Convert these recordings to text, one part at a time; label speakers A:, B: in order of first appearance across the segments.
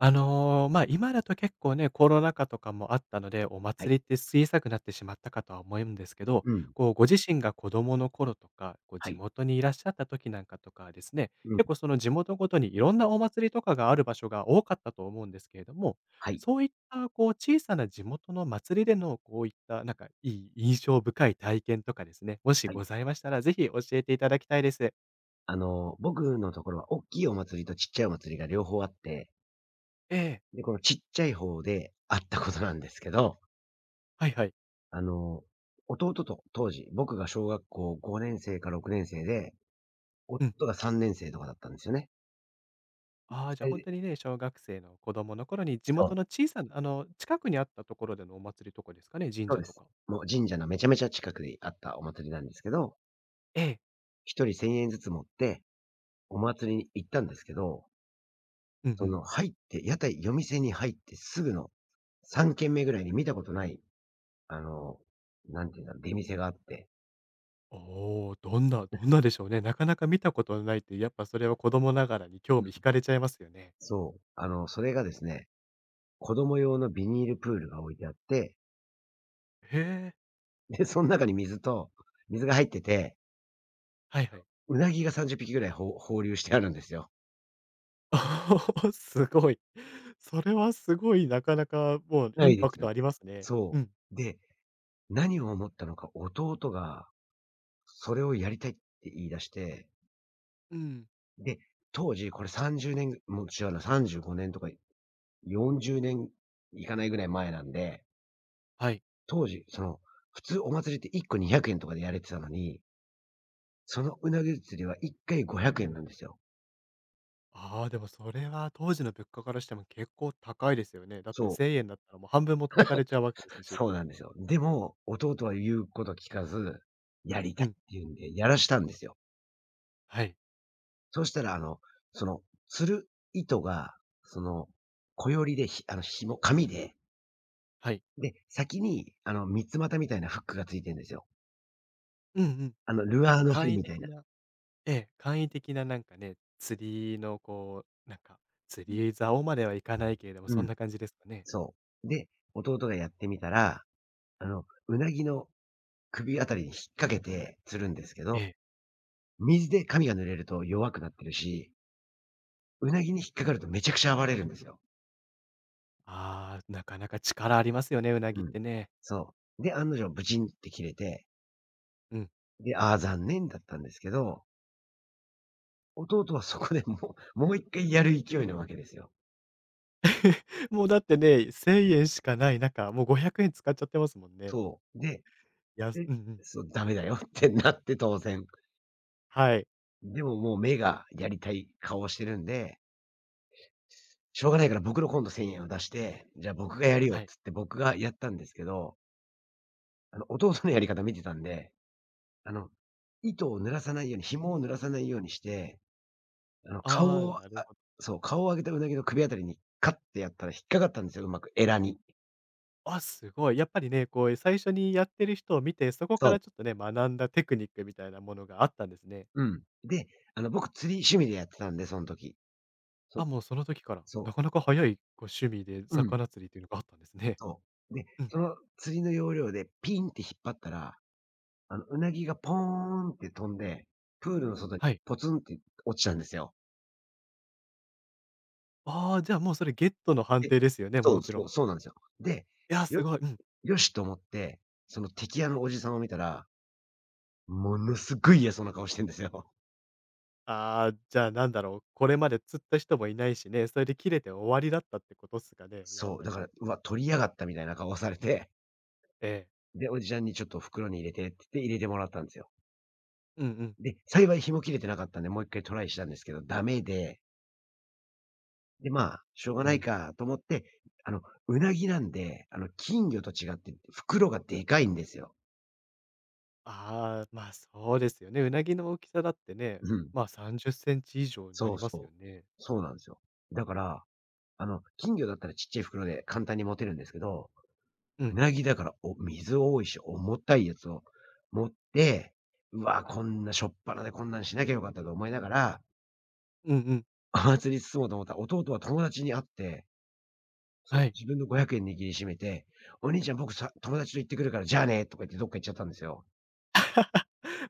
A: 今だと結構ね、コロナ禍とかもあったので、お
B: はい。
A: 祭りって小さくなってしまったかとは思うんですけど、
B: うん。
A: ご自身が子供の頃とか、
B: は
A: 地
B: い。
A: 元にいらっしゃった時なんかとかはですね、
B: うん。
A: 結構その地元ごとにいろんなお祭りとかがある場所が多かったと思うんですけれども、
B: はい。
A: そういった、小さな地元の祭りでのこういった、なんかいい印象深い体験とかですね、もし
B: はい。
A: ございましたら、ぜひ教えていただきたいです。
B: 僕のところはおっきいお祭りとちっちゃいお祭りが両方あって、
A: ええ、
B: で、このちっちゃい方であったことなんですけど、
A: はいはい。
B: あの、弟と当時、僕が小学校5年生か6年生で、
A: うん。
B: 夫が3年生とかだったんですよね。
A: ああ、じゃ
B: 2
A: あ
B: 人
A: 本
B: で、
A: 当にね、小学生の子供の頃に地
B: そう、
A: 元の小さな近くにあったところでのお祭りとかですかね？神
B: そう
A: 社
B: で
A: と
B: す。
A: か。
B: もう神社のめちゃめちゃ近くにあったお祭りなんですけど、
A: ええ。
B: 1人1000円ずつ持ってお祭りに行ったんですけど、
A: うんう
B: そ
A: ん。
B: の、入って、屋台夜店に入ってすぐの3軒目ぐらいに見たことない、あの、なんていうんだ、出店があって。
A: おお、どんなどんなでしょうね。なかなか見たことないって、やっぱそれは子供ながらに興
B: う
A: 味惹
B: ん。
A: かれちゃいますよね。
B: そう、それがですね、子供用のビニールプールが置いてあって、
A: へえ、
B: で、そん中に水が入ってて、
A: はいはい。
B: うなぎが30匹ぐらい放流してあるんですよ。
A: おお、すごい。それはすごい、なかなかもう
B: な
A: イ
B: い
A: ン
B: で
A: パ
B: す
A: ク
B: ね。
A: トありますね。う
B: そ
A: ん。
B: う。で、何を思ったのか、弟がそれをやりたいって言い出して、
A: うん。
B: で、当時これ30年ぐもう違うな、35年とか40年いかないぐらい前なんで、
A: はい。
B: 当時、その、普通お祭りって1個200円とかでやれてたのに、そのうなぎ釣りは1回500円なんですよ。
A: ああ、でもそれは当時の物価からしても結構高いですよね。だって
B: そう、
A: 1000円だったらもう半分持ってかれちゃうわけですし。
B: そうなんですよ。でも、弟は言うこと聞かず、やりた
A: う
B: いっ
A: ん。
B: て言うんで、やらしたんですよ。
A: はい。
B: そしたらその、釣る糸が、その、こよりで、ひあの、紐紙で、
A: はい。
B: で、先に三つ股みたいなフックがついてんですよ。
A: うんうん。
B: ル
A: なん
B: アー
A: か
B: の
A: 簡
B: 針
A: 易
B: みたい
A: 的
B: な。
A: なええ、簡易的ななんかね、釣りの釣り竿まではいかないけれども、そ
B: う
A: ん
B: ん、
A: な感じですかね？
B: そう。で、弟がやってみたらうなぎの首あたりに引っ掛けて釣るんですけど、
A: ええ。
B: 水で髪が濡れると弱くなってるし、うなぎに引っ掛かるとめちゃくちゃ暴れるんですよ。
A: ああ、なかなか力ありますよね、うな
B: う
A: ぎっ
B: ん。
A: てね。
B: そう。で、案の定ブチンって切れて、
A: うん。
B: で、ああ、残念だったんですけど、弟はそこでもう一回やる勢いなわけですよ。
A: もうだってね、¥1000 しかない中、もう ¥500 使っちゃってますもんね。
B: そう。で、
A: いやす
B: で、
A: うんうん。
B: そう、ダメだよってなって当然。
A: はい。
B: でももう目がやりたい顔をしてるんで、しょうがないから僕の今度1000円を出して、じゃあ僕がやるよ
A: は
B: っ
A: い。
B: つって僕がやったんですけど、弟のやり方見てたんで、あの、糸を濡らさないように、紐を濡らさないようにして、あの、顔
A: ああ、
B: を、あ
A: なるほど。
B: そう、顔を上げたうなぎの首あたりにカッてやったら引っかかったんですよ、うまく、エラに。
A: あ、すごい。やっぱりね、こう最初にやってる人を見て、そこ
B: そ
A: か
B: う。
A: らちょっとね、学んだテクニックみたいなものがあったんですね。
B: うん。で、僕釣り趣味でやってたんで、その時。そ
A: あ、もうその時から、
B: そ
A: な
B: う。
A: かなか早いご趣味で
B: うん、
A: 魚釣りというのがあったんですね。
B: そう。で、
A: うん、
B: その釣りの要領でピンって引っ張ったら、うなぎがポーンって飛んで、プールの外に
A: はい。
B: ポツンって落ちたんですよ。
A: ああ、じゃあもうそれゲットの判
B: で、
A: 定ですよね、
B: そ
A: も
B: う
A: ちろ
B: そ
A: ん。
B: う、そうなんですよ。で、
A: いや、
B: 喜
A: すごい、うん。
B: よしと思って、その敵屋のおじさんを見たら、ものすごい嫌そうな顔してんですよ。
A: ああ、じゃあなんだろう、これまで釣った人もいないしね、それで切れて終わりだったってことっすか ね、やっ
B: そう、
A: ぱ
B: だ
A: り。
B: から、うわ、取りやがったみたいな顔をされて、
A: ええ。
B: で、おじちゃんにちょっと袋に入れてって言って入れてもらったんですよ。
A: うんうん。
B: で、幸い紐切れてなかったんで、もう一回トライしたんですけど、ダメで、で、まあ、しょうが
A: う
B: ない
A: ん。
B: かと思って、うなぎなんで、金魚と違って袋がでかいんですよ。
A: ああ、まあそうですよね。うなぎの大きさだってね、
B: うん。
A: まあ30センチ以上にな
B: そう
A: り
B: そ
A: ますよね。
B: う。そうなんですよ。だから、金魚だったらちっちゃい袋で簡単に持てるんですけど、
A: う
B: う
A: ん。
B: なぎだから、お水多いし、重たいやつを持って、うわ、こんなしょっぱなでこんなんしなきゃよかったと思いながら、
A: うんうん。
B: お祭り進もうと思ったら、弟は友達に会って、そう
A: はい。
B: 自分の500円握りしめて、「お兄ちゃん僕さ友達と行ってくるからじゃあね」とか言ってどっか行っちゃったんですよ。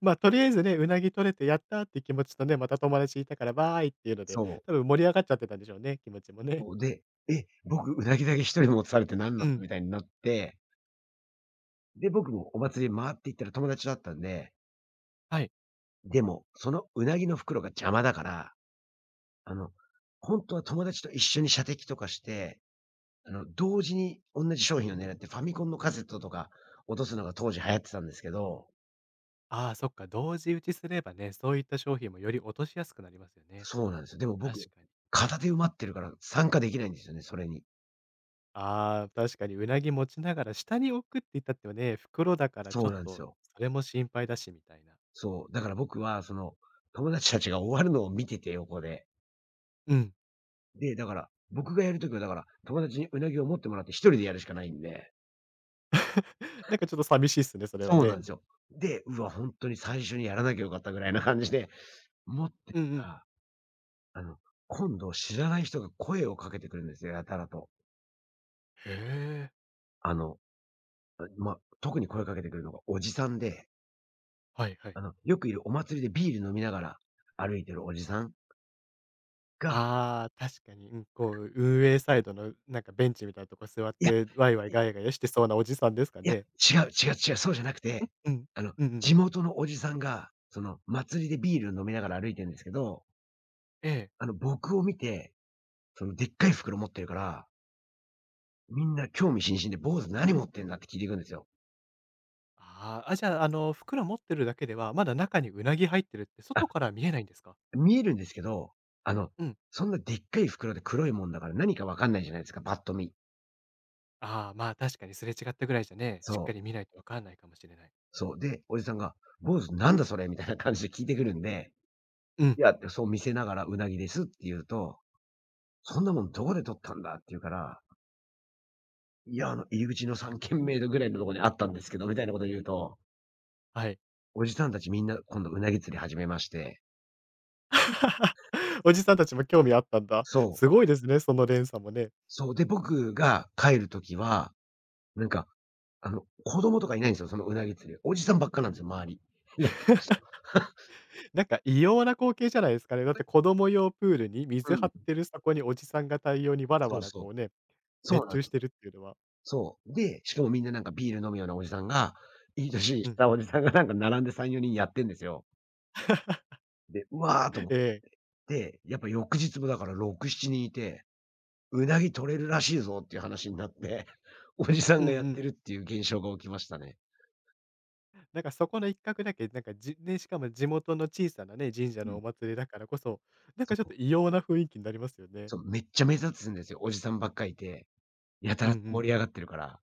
A: とりあえずね、うなぎ取れてやったーっていう気持ちとね、また友達いたからバーいっていうので、
B: そう。
A: 多分盛り上がっちゃってたんでしょうね、気持ちもね。
B: で、「え、僕うなぎだけ一人持たされてなんなん？」
A: うん、
B: みたいになって、で、僕もお祭り回っていったら友達だったんで、
A: はい。
B: でも、そのうなぎの袋が邪魔だから、あの、本当は友達と一緒に射的とかして同時に同じ商品を狙ってファミコンのカセットとか落とすのが当時流行ってたんですけど、
A: ああ、そっか、同時打ちすればね、そういった商品もより落としやすくなりますよね。
B: そうなんですよ。でも
A: 確
B: 僕、
A: かに。う
B: 片
A: ん。
B: 手埋まってるから参加できないんですよね、それに。
A: ああ、確かにうなぎ持ちながら下に置くって言ったってはね、袋だから
B: そ
A: ちょ
B: う
A: っ
B: なんです
A: と
B: よ。
A: それも心配だしみたいな。
B: そう。だから僕はその、友達たちが終わるのを見てて、横で。
A: うん。
B: で、だから、僕がやる時はだから、友達にうなぎを持ってもらって一人でやるしかないんで。
A: なんかちょっと寂しいっすね、それは
B: そうなん
A: ね。
B: ですよ。で、うわ、本当に最初にやらなきゃよかったぐらいな感じで、持って
A: うんう
B: た
A: ん。
B: ら、あの、今度知らない人が声をかけてくるんですよ、やたらと。
A: へえ、
B: あのまあ、特に声かけてくるのがおじさんで、
A: はいはい。
B: よくいるお祭りでビール飲みながら歩いてるおじさんが、
A: ああ、確かに、うん、こう、運営サイドのなんかベンチみたいなとこ座っ
B: いや、
A: て、ワイワイ
B: い
A: ガヤガヤしてそうなおじさんですか
B: いや、
A: ね？
B: 違う違う違う、そうじゃなくて、
A: うん。
B: あの、
A: うんうん。
B: 地元のおじさんが、その、祭りでビール飲みながら歩いてるんですけど、
A: ええ。
B: 僕を見て、その、でっかい袋持ってるから、みんな興味津々で、「坊主何持ってんだ？」って聞いていくんですよ。
A: ああ、あ、じゃあ、袋持ってるだけでは、まだ中にうなぎ入ってるって
B: あ、
A: 外から見えないんですか？
B: 見えるんですけど、あの、
A: うん。
B: そんなでっかい袋で黒いもんだから何かわかんないじゃないですか、パッと見。
A: ああ、まあ、確かにすれ違ったぐらいじゃね、しっ
B: そ
A: かり
B: う。
A: 見ないとわかんないかもしれない。
B: そう。で、おじさんが、「坊主、なんだそれ」みたいな感じで聞いてくるんで、
A: う
B: い
A: ん、
B: や、そう見せながら「うなぎです」って言うと、「そんなもんどこで取ったんだ」って言うから、「いや、あの、入り口の三軒目ぐらいのところにあったんですけど」みたいなこと言うと、
A: はい。
B: おじさんたちみんな今度うなぎ釣り始めまして、
A: おじさんたちも興味あったんだ。
B: そう、
A: すごいですね、その連鎖もね。
B: そう、で、僕が帰る時は、なんか、子供とかいないんですよ、そのうなぎ釣り。おじさんばっかなんですよ、周り。やってる人。
A: なんか異様な光景じゃないですかね。だって子供用プールに
B: う
A: 水張
B: ん、
A: ってるそこにおじさんが対応にわら
B: そ
A: わ
B: う
A: ら
B: そう。
A: こうね
B: そう
A: 熱
B: なん
A: 中
B: で
A: し
B: す。
A: てるっていうのは。
B: そう。で、しかもみんななんかビール飲むようなおじさんが、いい年
A: う
B: し
A: ん。
B: たおじさんがなんか並んで3、4人やってんですよ。で、うわーと思 っ
A: ええ。
B: て、やっぱ翌日もだから6、7人いて、うなぎ取れるらしいぞっていう話になって、おじさん
A: うん
B: が
A: う
B: やっ
A: ん。
B: てるっていう現象が起きましたね。
A: なんかそこの一角だけ、なんかじね、しかも地元の小さなね、神社
B: う
A: の
B: ん。
A: お祭りだからこそ、なん
B: そ
A: かちょっ
B: う。
A: と異様な雰囲気になりますよね。
B: そう、めっちゃ目立つんですよ。おじさんばっかいて、やた
A: うん
B: ら
A: う
B: 盛
A: ん。
B: り上がってるから。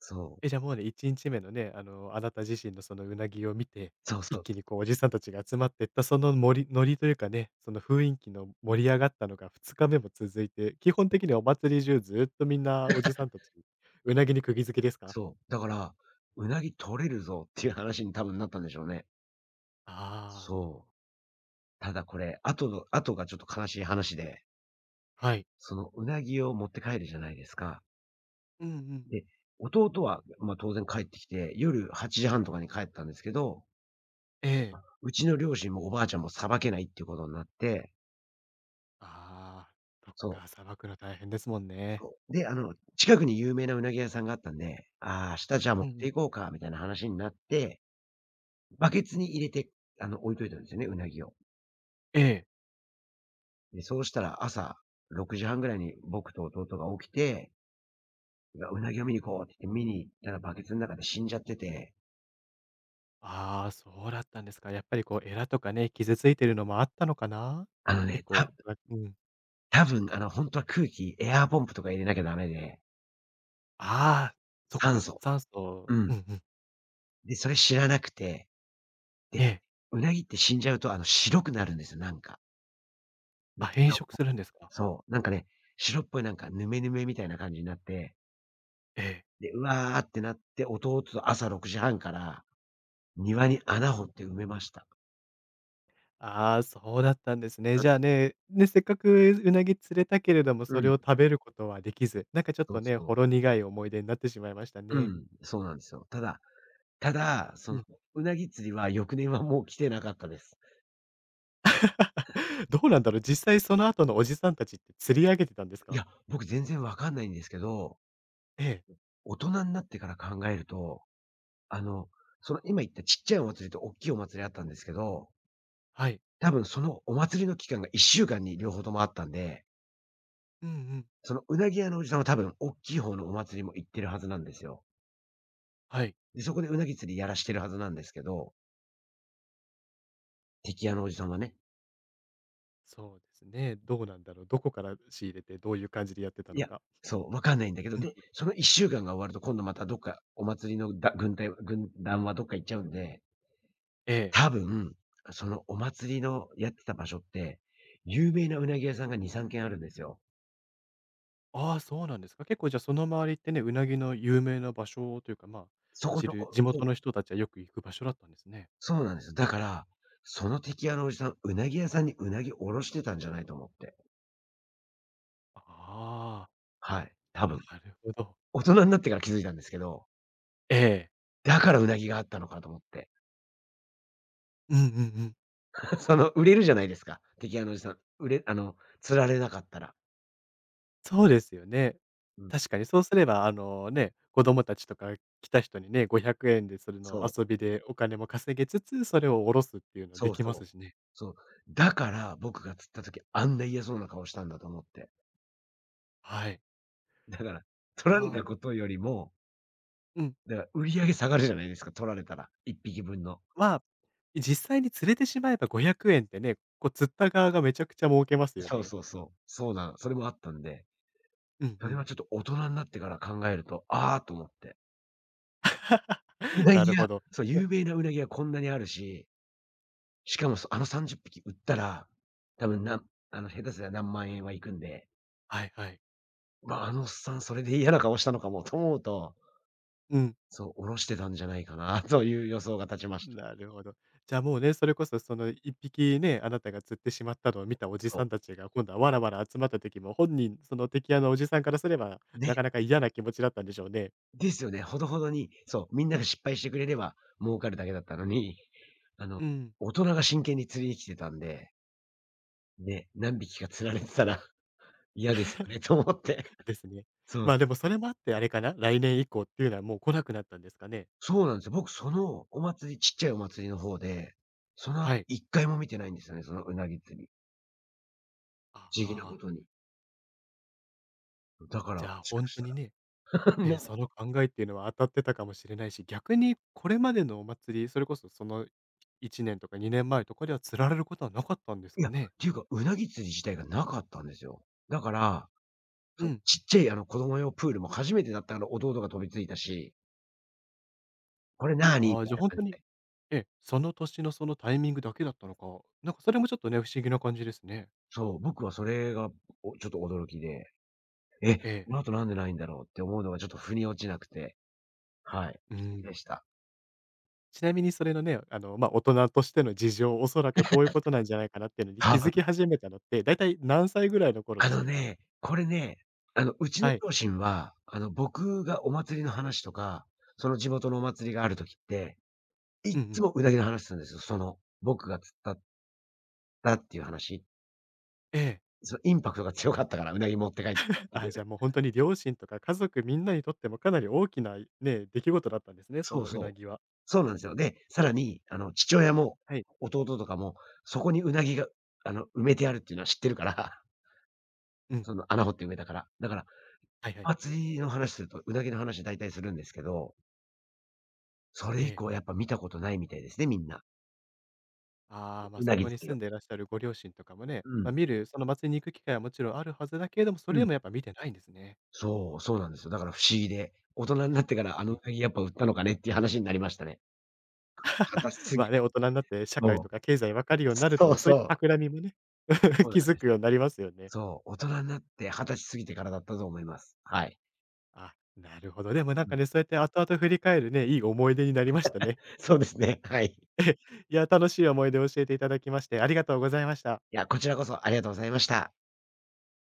B: そう。
A: え、じゃあもうね、1日目のね、あなた自身のそのうなぎを見て、
B: そうそ
A: 一
B: う。
A: 気にこうおじさんたちが集まっていった、そのノリというかね、その雰囲気の盛り上がったのが2日目も続いて、基
B: そ
A: 本的
B: う。
A: にはお祭り中ずっとみんなおじさんたち、うなぎに釘付けですか？
B: そう。だから、うなぎ取れるぞっていう話に多分なったんでしょうね。
A: ああー、
B: そう。ただこれ、後の後がちょっと悲しい話で、
A: はい。
B: そのうなぎを持って帰るじゃないですか。
A: うんうん。
B: で、弟は、ま、当然帰ってきて、夜8時半とかに帰ったんですけど、
A: ええ。
B: ま、うちの両親もおばあちゃんもさばけないっていうことになって、
A: ああ、そっ
B: そ
A: か、捌くの大変ですもん
B: う、
A: ね。
B: そう。で、近くに有名なうなぎ屋さんがあったんで、ああ、明日じゃあ持っ
A: うんう
B: て
A: ん。
B: いこうかみたいな話になって、バケツに入れて、置いといたんですよね、うなぎを。
A: ええ。
B: で、そうしたら朝6時半ぐらいに僕と弟が起きてうなぎを見に行こうって言って見に行ったら、バケツの中で死んじゃってて、
A: ああ、そうだったんですか。やっぱりこう、エラとかね、傷ついてるのもあったのかな？
B: あのね、
A: 結構、
B: た
A: あうん。
B: 多分、ほんとは空気、エアーポンプとか入れなきゃダメで、
A: ああ、そっ
B: 酸
A: か、
B: 素。
A: 酸素
B: う
A: う
B: ん。
A: んうん。
B: で、それ知らなくて、で、
A: ええ。
B: うなぎって死んじゃうと、白くなるんですよ、なんか。
A: あ、変
B: 白っ
A: 色
B: ぽ
A: す
B: く。
A: るんですか？
B: そう、なんかね、白っぽいなんかヌメヌメみたいな感じになって、
A: ええ。
B: で、うわーってなって、弟と朝6時半から庭に穴掘って埋めました。
A: ああ、そうだったんですね。じゃあね、せっかくうなぎ釣れたけれども、
B: う
A: それ
B: ん。
A: を食べることはできず、なんかちょっ
B: そう
A: とね、
B: そう。
A: ほろ苦い思い出になってしまいました
B: う
A: ね。
B: ん、そうなんですよ。ただ、
A: うん。
B: うなぎ釣りは翌年はもう来てなかったです。
A: どうなんだろう、実際その後のおじさんたちって釣り上げてたんです
B: い
A: か？
B: や、僕全然わかんないんですけど、
A: ええ、
B: 大人になってから考えると、あの、その今言ったちっちゃいお祭りとおっきいお祭りあったんですけど、
A: はい。
B: 多分そのお祭りの期間が1週間に両方ともあったんで、
A: うんうん。
B: そのうなぎ屋のおじさんは多分おっきい方のお祭りも行ってるはずなんですよ。
A: はい。
B: で、そこでうなぎ釣りやらしてるはずなんですけど、敵屋のおじさんはね。
A: そうですね。どうなんだろう。どこから仕入れて、どういう感じでやってた
B: い
A: の
B: や、
A: か。
B: そう、わかんないんだけど、
A: うん
B: で、
A: うん。
B: その1週間が終わると今度またどっかお祭りの軍団はどっか行っちゃうんで、
A: ええ。
B: 多分、そのお祭りのやってた場所って、有名なうなぎ屋さんが2、3軒あるんですよ。
A: ああ、そうなんですか。結構じゃあ、その周りってね、うなぎの有名な場所というか、まあ、
B: そこ
A: 知
B: そ
A: る
B: こ、
A: 地
B: そう、
A: 元の人たちはよく行く場所だったんですね。
B: そうなんですよ。だから、その敵屋のおじさん、うなぎ屋さんにうなぎおろしてたんじゃないと思って。
A: ああ、
B: はい、多分。
A: なるほど。
B: 大人になってから気づいたんですけど、
A: ええ。
B: だからうなぎがあったのかと思って。
A: うんうんうん。
B: その売れるじゃないですか、敵屋のおじさん。売れあの、釣られなかったら。
A: そうですよね。
B: うん、
A: 確かにそうすれば、あのね、子供たちとか来た人にね、500円でそれの
B: そう、
A: 遊びでお金も稼げつつ、それをおろすっていうのは
B: そ
A: で
B: う
A: きま
B: そ
A: す
B: う。
A: しね。
B: そう。だから、僕が釣った時、あんな嫌そうな顔したんだと思って。
A: はい。
B: だから、
A: い
B: 取られた
A: や、
B: ことよりも、
A: うん。
B: だから売り上げ下がるじゃないですか、取られたら、1匹分の。
A: まあ、実際に釣れてしまえば500円ってね、こう釣った側がめちゃくちゃ儲けますよ
B: そう
A: ね。
B: そうそう。そうなの、それもあったんで、
A: うん
B: そ
A: う
B: れ
A: ん。
B: はちょっと大人になってから考えると、ああと思って。う な
A: な
B: ぎ
A: る
B: 屋
A: ほど。
B: そう、
A: じゃ
B: 有名なうなぎ屋こんなにあるし、しかもそあの30匹売ったら、多分なんあの、下手すりゃ何万円はいくんで、
A: はいはい。
B: まあ、あのおっさんそれで嫌な顔したのかもと思うと、
A: うん。
B: そう、おろしてたんじゃないかなという予想が立ちました。
A: なるほど。じゃあもうね、それこそその一匹ね、あなたが釣ってしまったのを見たおじ
B: そう。
A: さんたちが今度はわらわら集まった時も、本人、その敵屋のおじさんからすれば、
B: ね。
A: なかなか嫌な気持ちだったんでしょうね。
B: ですよね。ほどほどに、そう、みんなが失敗してくれれば儲かるだけだったのに、あの、
A: うん。
B: 大人が真剣に釣りに来てたんで、ね、何匹か釣られてたら 嫌ですよねと思って。
A: ですね。
B: そう、
A: まあ、でもそれもあってあれかな、来年以降っていうのはもう来なくなったんですかね？
B: そうなんですよ。僕そのお祭りちっちゃいお祭りの方で、その後
A: はい。
B: 回も見てないんですよね、そのうなぎ釣り。
A: あ
B: 不思議なこ
A: あ、
B: とに。だから、
A: じ
B: も
A: ゃあ
B: しか
A: 本
B: し
A: 当にね
B: たら、
A: ええ、
B: ない
A: その考えっていうのは当たってたかもしれないし、逆にこれまでのお祭り、それこそその1年とか2年前とかでは釣られることはなかったんです
B: いや、
A: か
B: っ
A: ね？
B: ていうか、うなぎ釣り自体がなかったんですよ。だから、
A: う
B: その
A: ん。
B: ちっちゃい子供用プールも初めてだったから、弟が飛びついたし、これなに？み
A: ああ、
B: たいな
A: ほん
B: 感
A: とに
B: じで。
A: ええ、その年のそのタイミングだけだったのか、なんかそれもちょっとね、不思議な感じですね。
B: そう、僕はそれが、ちょっと驚きで、え、
A: ええ、
B: この後なんでないんだろうって思うのがちょっと腑に落ちなくて、はい、
A: う
B: 不思
A: ん。
B: 議でした。
A: ちなみにそれのね、大人としての事情、おそらくこういうことなんじゃないかなっていうのに
B: 多
A: 気づき
B: 分。
A: 始めたのって、だいたい何歳ぐらいの頃でしたか？
B: これね、うちの
A: はい。
B: 両親は、僕がお祭りの話とか、その地元のお祭りがある時って、い
A: うん
B: っ
A: う
B: つ
A: ん。
B: もうなぎの話するんですよ。その、僕が釣ったっていう話。
A: ええ。
B: そのインパクトが強かったから、うなぎ持って帰ったってい
A: あ、
B: う。
A: じゃあもう本当に両親とか家族みんなにとってもかなり大きな、ね、出来事だったんですね、そ
B: そう
A: のう
B: そう。
A: なぎは。
B: そうなんですよ。で、さらに、父親も
A: はい。
B: 弟とかも、そこにうなぎが、埋めてあるっていうのは知ってるから、
A: うん。
B: その穴掘って埋めたから。だから、
A: はいはい。
B: 祭りの話すると、うなぎの話大体するんですけど、それ
A: え
B: 以
A: え。
B: 降やっぱ見たことないみたいですね、みんな。
A: ああ、
B: うな
A: そ
B: ぎ
A: こ
B: 釣
A: に
B: り
A: 住
B: を。
A: んでいらっしゃるご両親とかもね、
B: うん。
A: その祭りに行く機会はもちろんあるはずだけれども、そ
B: う
A: れで
B: ん。
A: もやっぱ見てないんですね。
B: そう、そうなんですよ。だから不思議で、大人になってから
A: う
B: う
A: ん。
B: なぎやっぱ売ったのかねっていう話になりましたね。20過
A: ま
B: ぎ
A: あね、大人になって社
B: そ
A: 会
B: う。
A: とか経済分かるようになる
B: そ
A: と、
B: う
A: そうい
B: そ
A: っ
B: う。
A: た企みもね、
B: そ うなん
A: 気づ
B: です。
A: くようになりますよね。
B: そう、大人になって20過ぎてからだったと思います。はい。
A: あ、なるほど。でもなん
B: う
A: か
B: ん。
A: ね、そうやって後々振り返るね、いい思い出になりましたね。
B: そうですね、はい。い
A: いや、楽しい思い出を教えていただきまして、ありがとうございました。
B: や、こちらこそありがとうございました。